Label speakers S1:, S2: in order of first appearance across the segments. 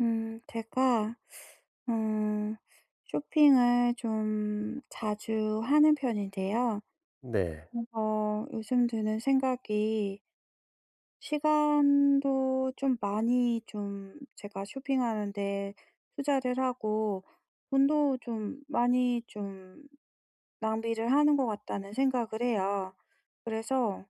S1: 제가, 음, 쇼핑을 좀 자주 하는 편인데요.
S2: 네.
S1: 요즘 드는 생각이 시간도 좀 많이 좀 제가 쇼핑하는데 투자를 하고 돈도 좀 많이 좀 낭비를 하는 것 같다는 생각을 해요. 그래서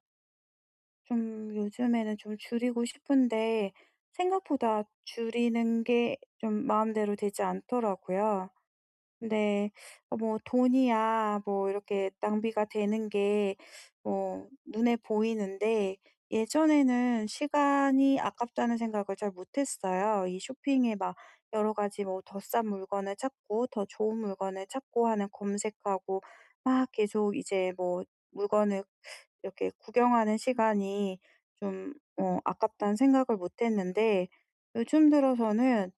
S1: 좀 요즘에는 좀 줄이고 싶은데 생각보다 줄이는 게 좀 마음대로 되지 않더라고요. 네. 뭐 돈이야 뭐 이렇게 낭비가 되는 게 뭐 눈에 보이는데 예전에는 시간이 아깝다는 생각을 잘 못했어요. 이 쇼핑에 막 여러 가지 뭐 더 싼 물건을 찾고 더 좋은 물건을 찾고 하는 검색하고 막 계속 이제 뭐 물건을 이렇게 구경하는 시간이 좀 아깝다는 생각을 못했는데 요즘 들어서는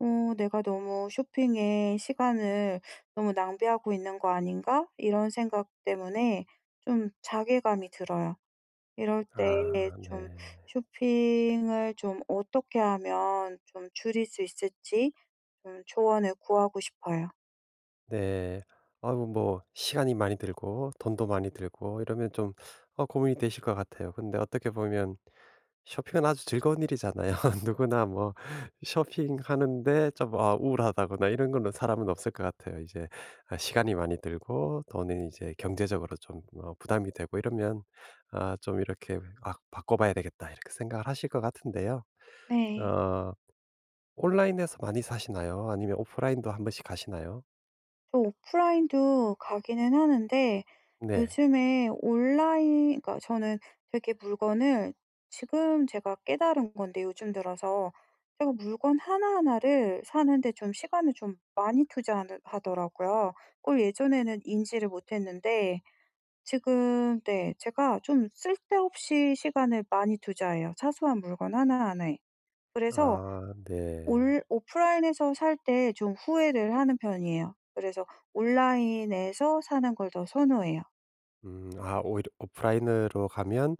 S1: '내가 너무 쇼핑에 시간을 너무 낭비하고 있는 거 아닌가?' 이런 생각 때문에 좀 자괴감이 들어요. 이럴 때
S2: 아
S1: 좀
S2: 네.
S1: 쇼핑을 좀 어떻게 하면 좀 줄일 수 있을지 좀 조언을 구하고 싶어요.
S2: 네. 아뭐 시간이 많이 들고 돈도 많이 들고 이러면 좀 고민이 되실 것 같아요. 근데 어떻게 보면 쇼핑은 아주 즐거운 일이잖아요. 누구나 뭐 쇼핑하는데 우울하다거나 이런 거는 사람은 없을 것 같아요. 이제 아 시간이 많이 들고 돈은 이제 경제적으로 좀 부담이 되고 이러면 아 좀 이렇게 '아 바꿔 봐야 되겠다.' 이렇게 생각을 하실 것 같은데요.
S1: 네.
S2: 어 온라인에서 많이 사시나요? 아니면 오프라인도 한 번씩 가시나요?
S1: 저 오프라인도 가기는 하는데
S2: 네.
S1: 요즘에 온라인 그러니까 저는 되게 물건을 지금 제가 깨달은 건데 요즘 들어서 제가 물건 하나하나를 사는데 좀 시간을 좀 많이 투자하더라고요. 그걸 예전에는 인지를 못했는데 지금, 네, 제가 좀 쓸데없이 시간을 많이 투자해요, 사소한 물건 하나하나에. 그래서
S2: 아 네.
S1: 올 오프라인에서 살 때 좀 후회를 하는 편이에요. 그래서 온라인에서 사는 걸 더 선호해요.
S2: 음, 아 오히려 오프라인으로 가면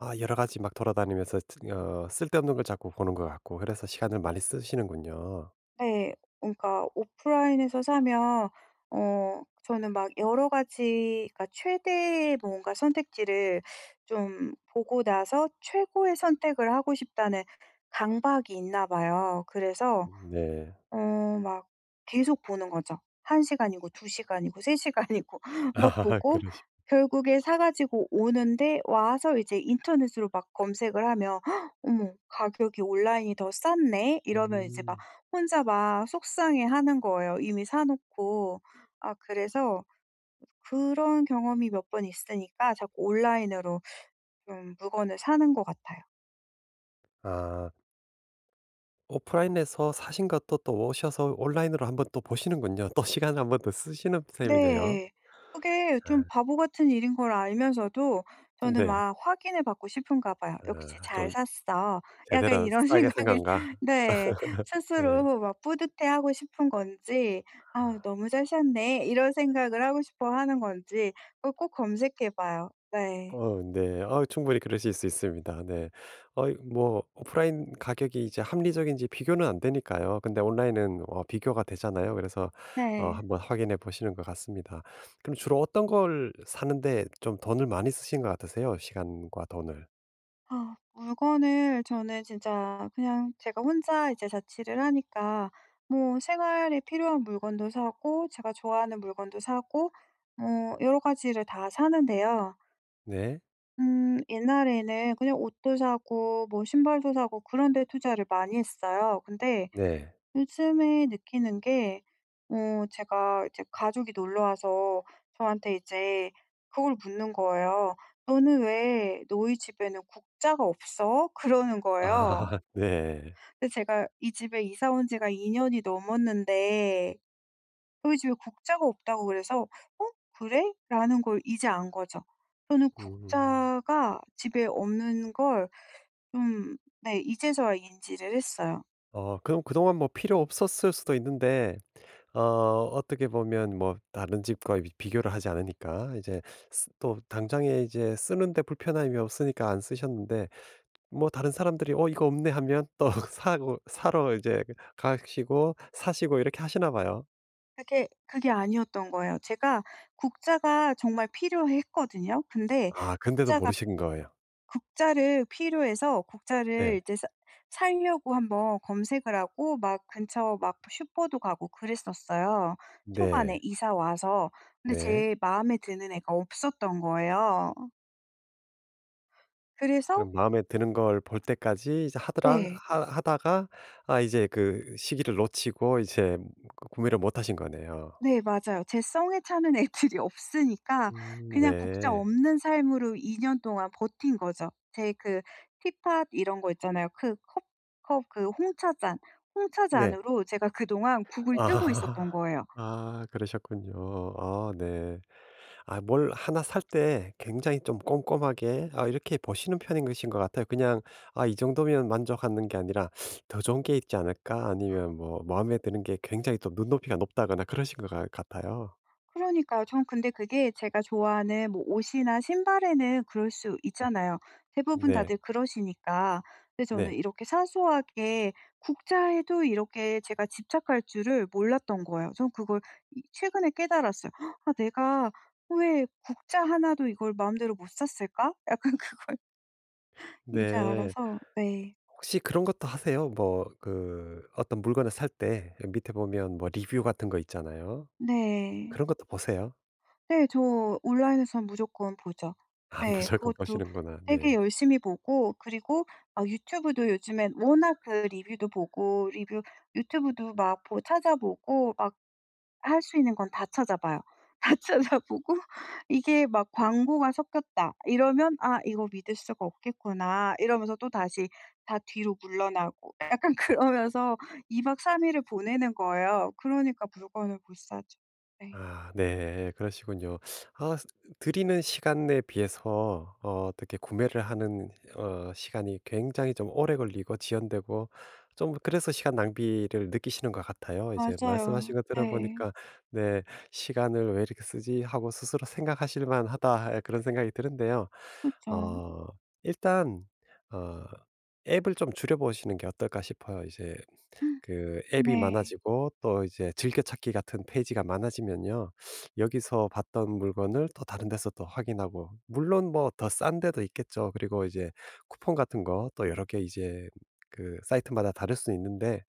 S2: 아 여러 가지 막 돌아다니면서 트 어 쓸데없는 걸 자꾸 보는 것 같고 그래서 시간을 많이 쓰시는군요.
S1: 네. 그러니까 오프라인에서 사면 저는 막 여러 가지 그러니까 최대의 뭔가 선택지를 좀 보고 나서 최고의 선택을 하고 싶다는 강박이 있나 봐요. 그래서
S2: 네.
S1: 막 계속 보는 거죠. 1시간이고 2시간이고 3시간이고 막
S2: 아,
S1: 보고
S2: 그러시
S1: 결국에 사 가지고 오는데 와서 이제 인터넷으로 막 검색을 하면 "헉, '어머, 가격이 온라인이 더 쌌네.'" 이러면 이제 막
S2: 음.
S1: 혼자 막 속상해하는 거예요, 이미 사 놓고. 아 그래서 그런 경험이 몇 번 있으니까 자꾸 온라인으로 좀 물건을 사는 것 같아요.
S2: 아 오프라인에서 사신 것도 또 오셔서 온라인으로 한번 또 보시는군요. 또 시간을 한번 더 쓰시는 셈이네요.
S1: 네. 그게
S2: 아
S1: 좀 바보 같은 일인 걸 알면서도 저는
S2: 네.
S1: 막 확인을 받고 싶은가 봐요.
S2: 아
S1: '역시 잘
S2: 좀
S1: 샀어.' 약간
S2: 제대로
S1: 이런
S2: 싸게 산
S1: 생각을.
S2: 건가?
S1: 네.
S2: 네.
S1: 스스로 막 뿌듯해하고 싶은 건지, '아우 너무 잘 샀네.' 이런 생각을 하고 싶어 하는 건지 그걸 꼭 검색해 봐요. 네.
S2: 어 네. 아 충분히 그러실 수 있습니다. 네. 어이 뭐 오프라인 가격이 이제 합리적인지 비교는 안 되니까요. 근데 온라인은 비교가 되잖아요. 그래서
S1: 네.
S2: 한번 확인해 보시는 것 같습니다. 그럼 주로 어떤 걸 사는데 좀 돈을 많이 쓰신 것 같으세요? 시간과 돈을.
S1: 아 물건을 저는 진짜 그냥 제가 혼자 이제 자취를 하니까 뭐 생활에 필요한 물건도 사고 제가 좋아하는 물건도 사고 뭐 여러 가지를 다 사는데요.
S2: 네.
S1: 옛날에는 그냥 옷도 사고 뭐 신발도 사고 그런 데 투자를 많이 했어요. 근데
S2: 네.
S1: 요즘에 느끼는 게 제가 이제 가족이 놀러 와서 저한테 이제 그걸 묻는 거예요. "너는 왜 너희 집에는 국자가 없어?" 그러는 거예요.
S2: 아 네.
S1: 근데 제가 이 집에 이사 온 지가 2 년이 넘었는데 저희 집에 국자가 없다고 그래서 '어, 그래?' 라는 걸 이제 안 거죠. 저는
S2: 음.
S1: 국자가 집에 없는 걸 좀, 네, 이제서야 인지를 했어요.
S2: 어 그럼 그동안 뭐 필요 없었을 수도 있는데 어 어떻게 보면 뭐 다른 집과 비 비교를 하지 않으니까 이제 쓰 또 당장에 이제 쓰는데 불편함이 없으니까 안 쓰셨는데 뭐 다른 사람들이 '어 이거 없네.' 하면 또 사고 사러 이제 가시고 사시고 이렇게 하시나 봐요.
S1: 그게 아니었던 거예요. 제가 국자가 정말 필요했거든요. 근데
S2: 아 근데도
S1: 국자가
S2: 모르신 거예요.
S1: 국자를 필요해서 국자를
S2: 네.
S1: 이제 사려고 한번 검색을 하고 막 근처 막 슈퍼도 가고 그랬었어요, 초반에
S2: 네.
S1: 이사 와서. 근데
S2: 네.
S1: 제 마음에 드는 애가 없었던 거예요. 그래서.
S2: 그럼 마음에 드는 걸 볼 때까지 이제 하더라
S1: 네.
S2: 하 하다가 아 이제 그 시기를 놓치고 이제 구매를 못 하신 거네요.
S1: 네, 맞아요. 제 성에 차는 애들이 없으니까 그냥 국자
S2: 네.
S1: 없는 삶으로 2년 동안 버틴 거죠. 제 그 티팟 이런 거 있잖아요. 그 컵컵 그 홍차잔,
S2: 네.
S1: 홍차잔으로 제가 그동안 국을
S2: 아.
S1: 뜨고 있었던 거예요.
S2: 아 그러셨군요. 아 네. 아 뭘 하나 살 때 굉장히 좀 꼼꼼하게 아 이렇게 보시는 편인 것인 것 같아요. 그냥 '아 이 정도면 만족하는 게 아니라 더 좋은 게 있지 않을까?' 아니면 뭐 마음에 드는 게 굉장히 또 눈높이가 높다거나 그러신 것 같 같아요.
S1: 그러니까요. 전 근데 그게 제가 좋아하는 뭐 옷이나 신발에는 그럴 수 있잖아요. 대부분
S2: 네.
S1: 다들 그러시니까. 근데 저는
S2: 네.
S1: 이렇게 사소하게 국자에도 이렇게 제가 집착할 줄을 몰랐던 거예요. 전 그걸 최근에 깨달았어요. "헉, '아, 내가 왜 국자 하나도 이걸 마음대로 못 샀을까?'" 약간 그걸 이제
S2: 네.
S1: 알아서. 네.
S2: 혹시 그런 것도 하세요? 뭐 그 어떤 물건을 살 때 밑에 보면 뭐 리뷰 같은 거 있잖아요.
S1: 네.
S2: 그런 것도 보세요?
S1: 네. 저 온라인에는 무조건 보죠.
S2: 아
S1: 네.
S2: 무조건
S1: 그것도
S2: 보시는구나.
S1: 되게
S2: 네.
S1: 열심히 보고 그리고 막 유튜브도 요즘엔 워낙 그 리뷰도 보고 리뷰 유튜브도 막 보 찾아보고 막 할 수 있는 건 다 찾아봐요. 다 찾아보고 이게 막 광고가 섞였다 이러면 '아 이거 믿을 수가 없겠구나.' 이러면서 또다시 다 뒤로 물러나고 약간 그러면서 2박 3 일을 보내는 거예요. 그러니까 물건을 못 사죠. 네.
S2: 아 네. 그러시군요. 아스는 시간 에 비해서 어 어떻게 구매를 하는 어 시간이 굉장히 좀 오래 걸리고 지연되고 좀 그래서 시간 낭비를 느끼시는 것 같아요. 이제 말씀하신
S1: 맞아요.
S2: 거
S1: 네.
S2: 들어보니까 네 '시간을 왜 이렇게 쓰지?' 하고 스스로 생각하실 만하다. 예 그런 생각이 드는데요.
S1: 그죠.
S2: 어 일단 어 앱을 좀 줄여 보시는 게 어떨까 싶어요. 이제 그 앱이
S1: 네.
S2: 많아지고 또 이제 즐겨찾기 같은 페이지가 많아지면요. 여기서 봤던 물건을 또 다른 데서 또 확인하고 물론 뭐 더 싼 데도 있겠죠. 그리고 이제 쿠폰 같은 거 또 여러 개 이제 그 사이트마다 다를 수 있는데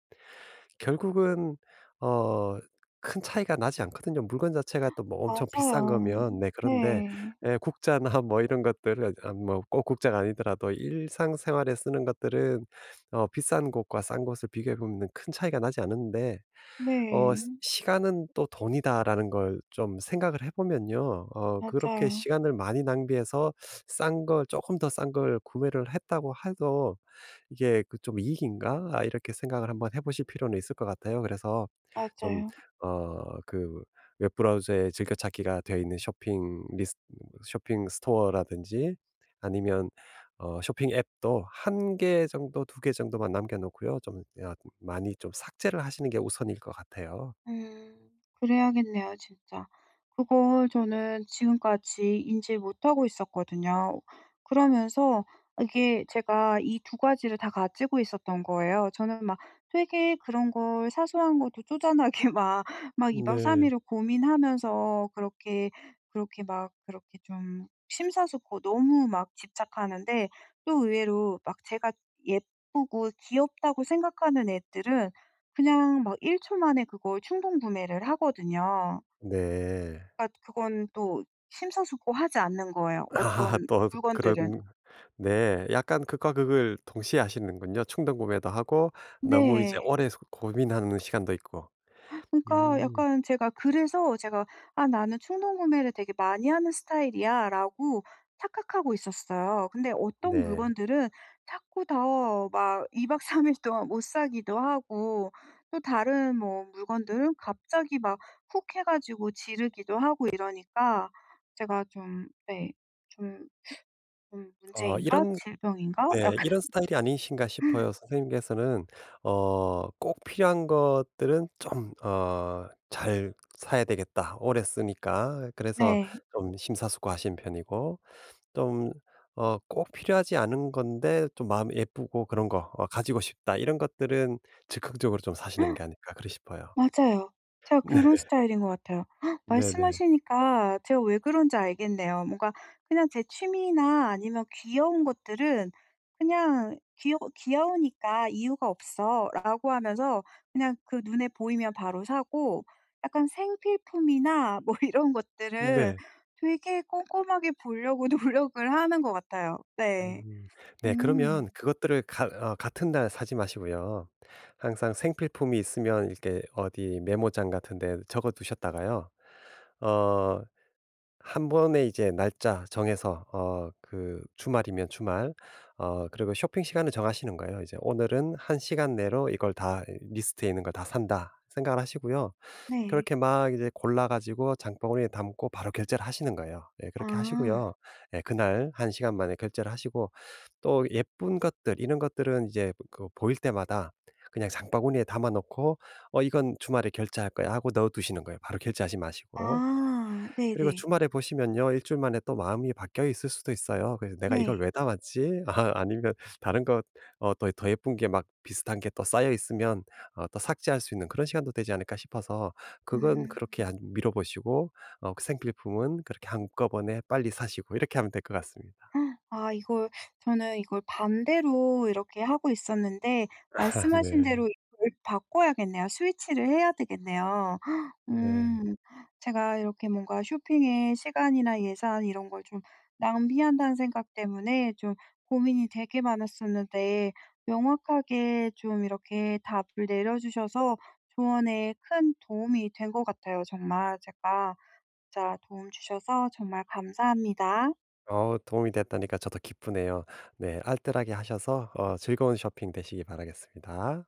S2: 결국은 어 큰 차이가 나지 않거든요. 물건 자체가 또 뭐 엄청 비싼
S1: 맞아요.
S2: 거면 네 그런데
S1: 네.
S2: 예 국자나 뭐 이런 것들은 아 뭐 꼭 국자가 아니더라도 일상생활에 쓰는 것들은 비싼 곳과 싼 곳을 비교해 보면은 큰 차이가 나지 않은데 어
S1: 네.
S2: 시 '시간은 또 돈이다.'라는 걸 좀 생각을 해 보면요. 어 그렇게
S1: 맞아요.
S2: 시간을 많이 낭비해서 싼 걸 쪼끔 더 싼 걸 구매를 했다고 해도 이게 그 좀 '이익인가?' 아 이렇게 생각을 한번 해 보실 필요는 있을 것 같아요. 그래서 좀
S1: 맞아요.
S2: 어 그 웹 브라우저에 즐겨찾기가 되어 있는 쇼핑 스토어라든지 아니면 쇼핑 앱도 한 개 정도 두 개 정도만 남겨 놓고요. 좀 야 많이 좀 삭제를 하시는 게 우선일 것 같아요.
S1: 음. 그래야겠네요 진짜. 그걸 저는 지금까지 인지 못하고 있었거든요. 그러면서 이게 제가 이 두 가지를 다 가지고 있었던 거예요. 저는 막 되게 그런 걸 사소한 것도 쪼잔하게 막 막 2박 3
S2: 네.
S1: 일을 고민하면서 그렇게 막 그렇게 좀 심사숙고 너무 막 집착하는데 또 의외로 막 제가 예쁘고 귀엽다고 생각하는 애들은 그냥 막 1초 만에 그걸 충동 구매를 하거든요.
S2: 네.
S1: 그러니까 그건 또 심사숙고하지 않는 거예요,
S2: 아
S1: 어떤
S2: 또 그런
S1: 물건들은.
S2: 네. 약간 극과 극을 동시에 하시는군요. 충동 구매도 하고 너무 이제
S1: 네.
S2: 오래 소 고민하는 시간도 있고.
S1: 그러니까
S2: 음.
S1: 약간 제가 그래서 제가 '아 나는 충동 구매를 되게 많이 하는 스타일이야.'라고 착각하고 있었어요. 근데 어떤
S2: 네.
S1: 물건들은 자꾸 다 막 2박 3일 동안 못 사기도 하고 또 다른 뭐 물건들은 갑자기 막 훅 해 가지고 지르기도 하고 이러니까 제가 좀, 네, 좀 좀
S2: 어
S1: '문제인가?
S2: 이런
S1: 질병인가?'
S2: 네
S1: 약간.
S2: 이런 스타일이 아니신가 싶어요. 선생님께서는 꼭 필요한 것들은 좀 어 '잘 사야 되겠다. 오래 쓰니까.' 그래서
S1: 네.
S2: 좀 심사숙고하신 편이고 좀 꼭 필요하지 않은 건데 좀 마음 예쁘고 그런 거 가지고 싶다 이런 것들은 즉흥적으로 좀 사시는 게 아닐까 그러 싶어요.
S1: 맞아요. 제가
S2: 네.
S1: 그런 스타일인 것 같아요. 헉,
S2: 네네.
S1: 말씀하시니까 제가 왜 그런지 알겠네요. 뭔가 그냥 제 취미나 아니면 귀여운 것들은 그냥 귀여우니까 이유가 없어."라고 하면서 그냥 그 눈에 보이면 바로 사고 약간 생필품이나 뭐 이런 것들은
S2: 네.
S1: 되게 꼼꼼하게 보려고 노력을 하는 것 같아요. 네.
S2: 음. 네
S1: 음.
S2: 그러면 그것들을 가 어 같은 날 사지 마시고요. 항상 생필품이 있으면 이렇게 어디 메모장 같은 데 적어 두셨다가요. 어 한 번에 이제 날짜 정해서 그 주말이면 주말 그리고 쇼핑 시간을 정하시는 거예요. 이제 '오늘은 한 시간 내로 이걸 다 리스트에 있는 걸 다 산다.' 생각을 하시고요.
S1: 네.
S2: 그렇게 막 이제 골라 가지고 장바구니에 담고 바로 결제를 하시는 거예요. 예 그렇게
S1: 아.
S2: 하시고요. 예 그날 한 시간 만에 결제를 하시고 또 예쁜 것들 이런 것들은 이제 그 보일 때마다 그냥 장바구니에 담아 놓고 '어 이건 주말에 결제할 거야.' 하고 넣어 두시는 거예요. 바로 결제하지 마시고.
S1: 아.
S2: 그리고
S1: 네네.
S2: 주말에 보시면요. 일주일 만에 또 마음이 바뀌어 있을 수도 있어요. 그래서 '내가 이걸
S1: 네.
S2: 왜 담았지?' 아 아니면 다른 것 더 예쁜 게 막 비슷한 게 또 쌓여 있으면 또 삭제할 수 있는 그런 시간도 되지 않을까 싶어서 그건
S1: 음.
S2: 그렇게 한 미뤄 보시고 생필품은 그렇게 한꺼번에 빨리 사시고 이렇게 하면 될 것 같습니다.
S1: 아 이걸 저는 이걸 반대로 이렇게 하고 있었는데 말씀하신
S2: 네.
S1: 대로 이걸 바꿔야겠네요. 스위치를 해야 되겠네요.
S2: 네.
S1: 음. 제가 이렇게 뭔가 쇼핑에 시간이나 예산 이런 걸 좀 낭비한다는 생각 때문에 좀 고민이 되게 많았었는데 명확하게 좀 이렇게 답을 내려 주셔서 조언에 큰 도움이 된 것 같아요 정말. 제가 진짜 도움 주셔서 정말 감사합니다.
S2: 어 도움이 됐다니까 저도 기쁘네요. 네 알뜰하게 하셔서 즐거운 쇼핑 되시기 바라겠습니다.